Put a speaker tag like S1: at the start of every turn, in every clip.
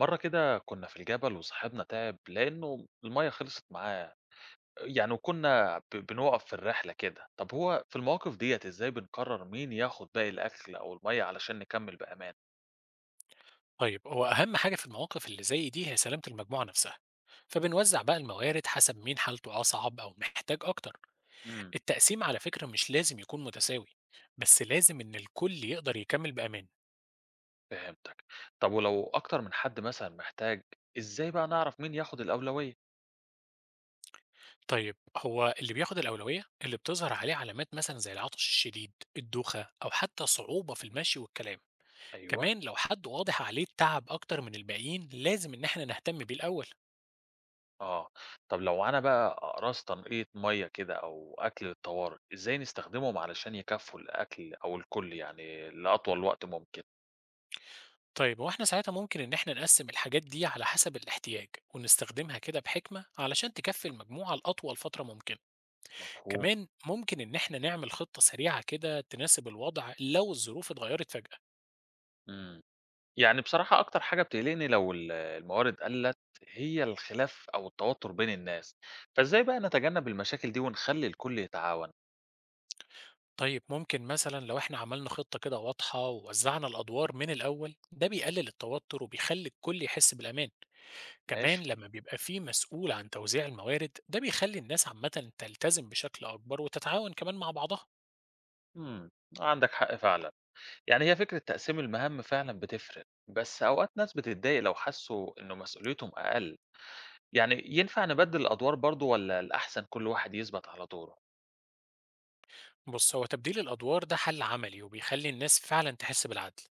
S1: مرة كده كنا في الجبل وصاحبنا تعب لأنه المية خلصت معاه يعني، وكنا بنوقف في الرحلة كده. طب هو في المواقف ديت إزاي بنقرر مين ياخد باقي الأكل أو المية علشان نكمل بأمان؟
S2: طيب هو أهم حاجة في المواقف اللي زي دي هي سلامة المجموعة نفسها. فبنوزع بقى الموارد حسب مين حالته أصعب أو محتاج أكتر.
S1: امم.
S2: التقسيم على فكرة مش لازم يكون متساوي، بس لازم إن الكل يقدر يكمل بأمان.
S1: فهمتك. طب ولو أكتر من حد مثلا محتاج، إزاي بقى نعرف مين ياخد الأولوية؟
S2: طيب هو اللي بياخد الأولوية اللي بتظهر عليه علامات مثلا زي العطش الشديد، الدوخة أو حتى صعوبة في المشي والكلام.
S1: أيوه.
S2: كمان لو حد واضح عليه التعب أكتر من الباقيين لازم إن احنا نهتم بيه الأول.
S1: آه. طب لو أنا بقى أقراص تنقية مية كده أو أكل للطوارئ، إزاي نستخدمهم علشان يكفوا الأكل أو الكل يعني لأطول وقت ممكن؟
S2: طيب واحنا ساعتها ممكن ان احنا نقسم الحاجات دي على حسب الاحتياج، ونستخدمها كده بحكمة علشان تكفي المجموعة لأطول فترة ممكن.
S1: مفهوم.
S2: كمان ممكن ان احنا نعمل خطة سريعة كده تناسب الوضع لو الظروف اتغيرت فجأة.
S1: امم. يعني بصراحة أكتر حاجة بتقلقني لو الموارد قلّت، هي الخلاف أو التوتر بين الناس، فإزاي بقى نتجنب المشاكل دي ونخلّي الكل يتعاون؟
S2: طيب ممكن مثلا لو احنا عملنا خطة كده واضحة ووزعنا الأدوار من الأول ده بيقلل التوتر وبيخلي الكل يحس بالأمان. كمان
S1: ماشي،
S2: لما بيبقى فيه مسؤول عن توزيع الموارد ده بيخلي الناس عامة تلتزم بشكل أكبر وتتعاون كمان مع بعضها.
S1: إمم، عندك حق فعلًا. يعني هي فكرة تقسيم المهام فعلًا بتفرق، بس أوقات ناس بتتضايق لو حسّوا إنه مسؤوليتهم أقل، يعني ينفع نبدّل الأدوار برضه والّا الأحسن كل واحد يثبت على دوره؟
S2: بص هو تبديل الأدوار ده حل عملي وبيخلي الناس فعلا تحس بالعدل.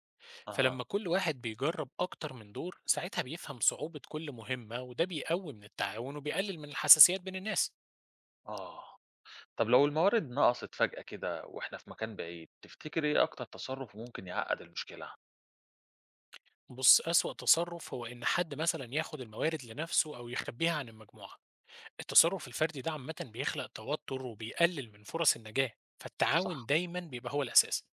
S1: أها،
S2: فلما كل واحد بيجرب أكتر من دور ساعتها بيفهم صعوبة كل مهمة وده بيقوي من التعاون وبيقلل من الحساسيات بين الناس.
S1: آه، طب لو الموارد نقصت فجأة كده وإحنا في مكان بعيد، تفتكر إيه أكتر تصرُّف ممكن يعقّد المشكلة؟
S2: بص أسوأ تصرف هو إن حد مثلا ياخد الموارد لنفسه أو يخبيها عن المجموعة. التصرف الفردي ده عامة بيخلق توتر وبيقلل من فرص النجاة. فالتعاون
S1: صح.
S2: دايما بيبقى هو الأساس.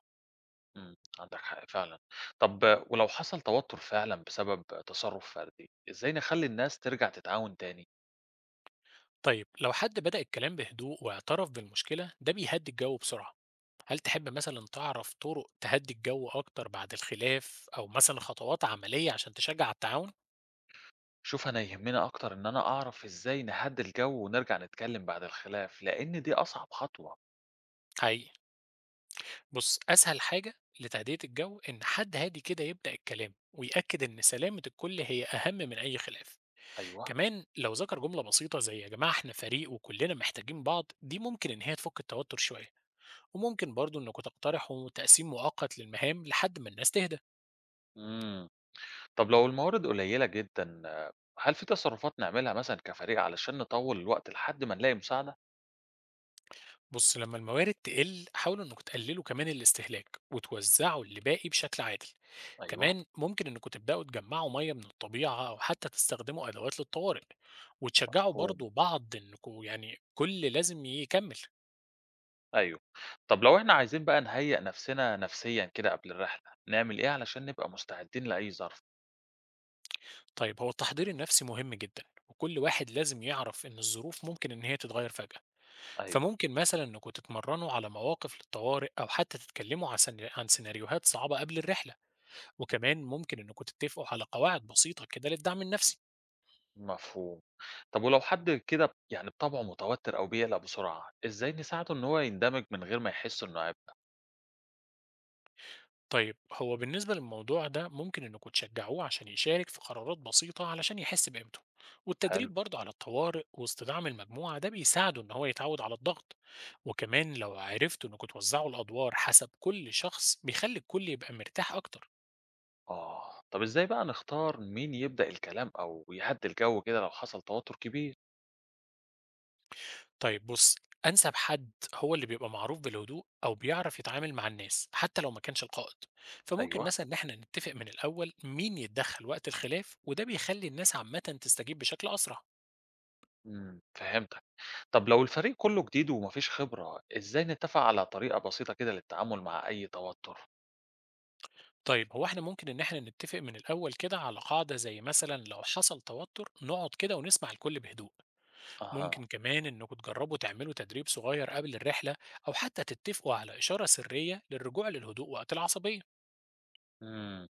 S1: عندك حق فعلًا. طب ولو حصل توتر فعلًا بسبب تصرُّف فردي، إزاي نخلّي الناس ترجع تتعاون تاني؟
S2: طيب لو حد بدأ الكلام بهدوء واعترف بالمشكلة ده بيهدي الجو بسرعة. هل تحب مثلا تعرف طرق تهدي الجو أكتر بعد الخلاف أو مثلا خطوات عملية عشان تشجع على التعاون؟
S1: شوف أنا يهمّني أكتر إن أنا أعرف إزاي نهدّي الجو ونرجع نتكلّم بعد الخلاف، لإن دي أصعب خطوة.
S2: حقيقي. بص أسهل حاجة لتهدئة الجو إن حد هادي كده يبدأ الكلام ويأكد إن سلامة الكل هي أهم من أي خلاف.
S1: أيوه.
S2: كمان لو ذكر جملة بسيطة زي يا جماعة إحنا فريق وكلنا محتاجين بعض دي ممكن إن هي تفك التوتر شوية. وممكن برضو إنكم تقترحوا تقسيم مؤقت للمهام لحد ما الناس تهدى.
S1: إمم. طب لو الموارد قليّلة جدًا، هل في تصرُّفات نعملها مثلًا كفريق علشان نطوّل الوقت لحد ما نلاقي مساعدة؟
S2: بص لما الموارد تقل حاولوا انكم تقللوا كمان الاستهلاك وتوزعوا اللي باقي بشكل عادل.
S1: أيوه،
S2: كمان ممكن انكم تبداوا تجمعوا ميه من الطبيعه او حتى تستخدموا ادوات للطوارئ، وتشجعوا
S1: مفهوم.
S2: برضو بعض انكم يعني كل لازم يكمل.
S1: أيوه. طب لو إحنا عايزين بقى نهيّأ نفسنا نفسيًا كده قبل الرحلة، نعمل إيه علشان نبقى مستعدين لأي ظرف؟
S2: طيب هو التحضير النفسي مهم جدا وكل واحد لازم يعرف ان الظروف ممكن ان هي تتغير فجأة.
S1: أيوه.
S2: فممكن مثلا انكم تتمرنوا على مواقف للطوارئ او حتى تتكلموا عن عن سيناريوهات صعبة قبل الرحلة. وكمان ممكن انكم تتفقوا على قواعد بسيطة كده للدعم النفسي.
S1: مفهوم. طب ولو حد كده يعني بطبعه متوتر أو بيقلق بسرعة، إزاي نساعده إن هو يندمج من غير ما يحس إنه عبء؟
S2: طيب هو بالنسبة للموضوع ده ممكن انكم تشجعوه عشان يشارك في قرارات بسيطة علشان يحس بقيمته.
S1: حلو.
S2: والتدريب برضه على الطوارئ واستدعاء المجموعة ده بيساعده ان هو يتعود على الضغط. وكمان لو عرفتوا انكم توزعوا الادوار حسب كل شخص بيخلي الكل يبقى مرتاح اكتر.
S1: آه، طب إزاي بقى نختار مين يبدأ الكلام أو يهدي الجو كده لو حصل توتر كبير؟
S2: طيب بص، انسب حد هو اللي بيبقى معروف بالهدوء او بيعرف يتعامل مع الناس حتى لو ما كانش القائد. فممكن
S1: أيوه.
S2: مثلا ان احنا نتفق من الاول مين يتدخل وقت الخلاف وده بيخلي الناس عامة تستجيب بشكل اسرع.
S1: امم. فهمتك. طب لو الفريق كله جديد ومفيش خبرة، إزاي نتفق على طريقة بسيطة كده للتعامل مع أي توتر؟
S2: طيب هو احنا ممكن ان احنا نتفق من الاول كده على قاعدة زي مثلا لو حصل توتر نقعد كده ونسمع الكل بهدوء.
S1: أها.
S2: ممكن كمان انكم تجربوا تعملوا تدريب صغير قبل الرحلة، او حتى تتفقوا على اشارة سرية للرجوع للهدوء وقت العصبية.
S1: امم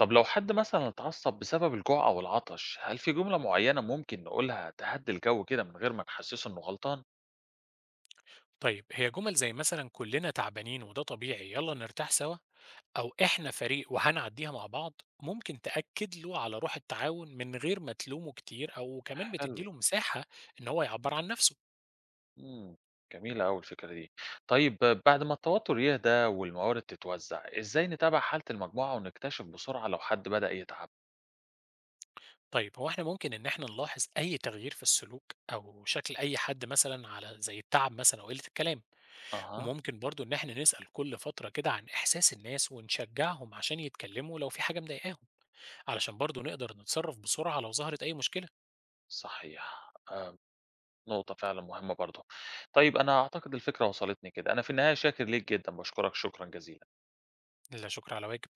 S1: طب لو حد مثلا اتعصب بسبب الجوع أو العطش، هل في جملة معينة ممكن نقولها تهدي الجو كده من غير ما نحسسه إنه غلطان؟
S2: طيب هي جمل زي مثلا كلنا تعبانين وده طبيعي يلا نرتاح سوا، او احنا فريق وهنعديها مع بعض. ممكن تأكد له على روح التعاون من غير ما تلومه كتير او كمان
S1: حلو.
S2: بتديله مساحة ان هو يعبر عن نفسه.
S1: إمم، جميلة أوي الفكرة دي. طيب بعد ما التوتر يهدى والموارد تتوزع، إزاي نتابع حالة المجموعة ونكتشف بسرعة لو حد بدأ يتعب؟
S2: طيب هو إحنا ممكن إن إحنا نلاحظ أي تغيير في السلوك أو شكل أي حد مثلًا على زي التعب مثلًا أو قلة الكلام،
S1: أها،
S2: وممكن برضه إن إحنا نسأل كل فترة كده عن إحساس الناس ونشجعهم عشان يتكلموا لو في حاجة مضايقاهم، علشان برضه نقدر نتصرف بسرعة لو ظهرت أي مشكلة.
S1: صحيح، نقطة فعلًا مهمة برضه. طيب أنا أعتقد الفكرة وصلتني كده، أنا في النهاية شاكر ليك جدًا، باشكرك شكرًا جزيلًا.
S2: لا شكر على واجب.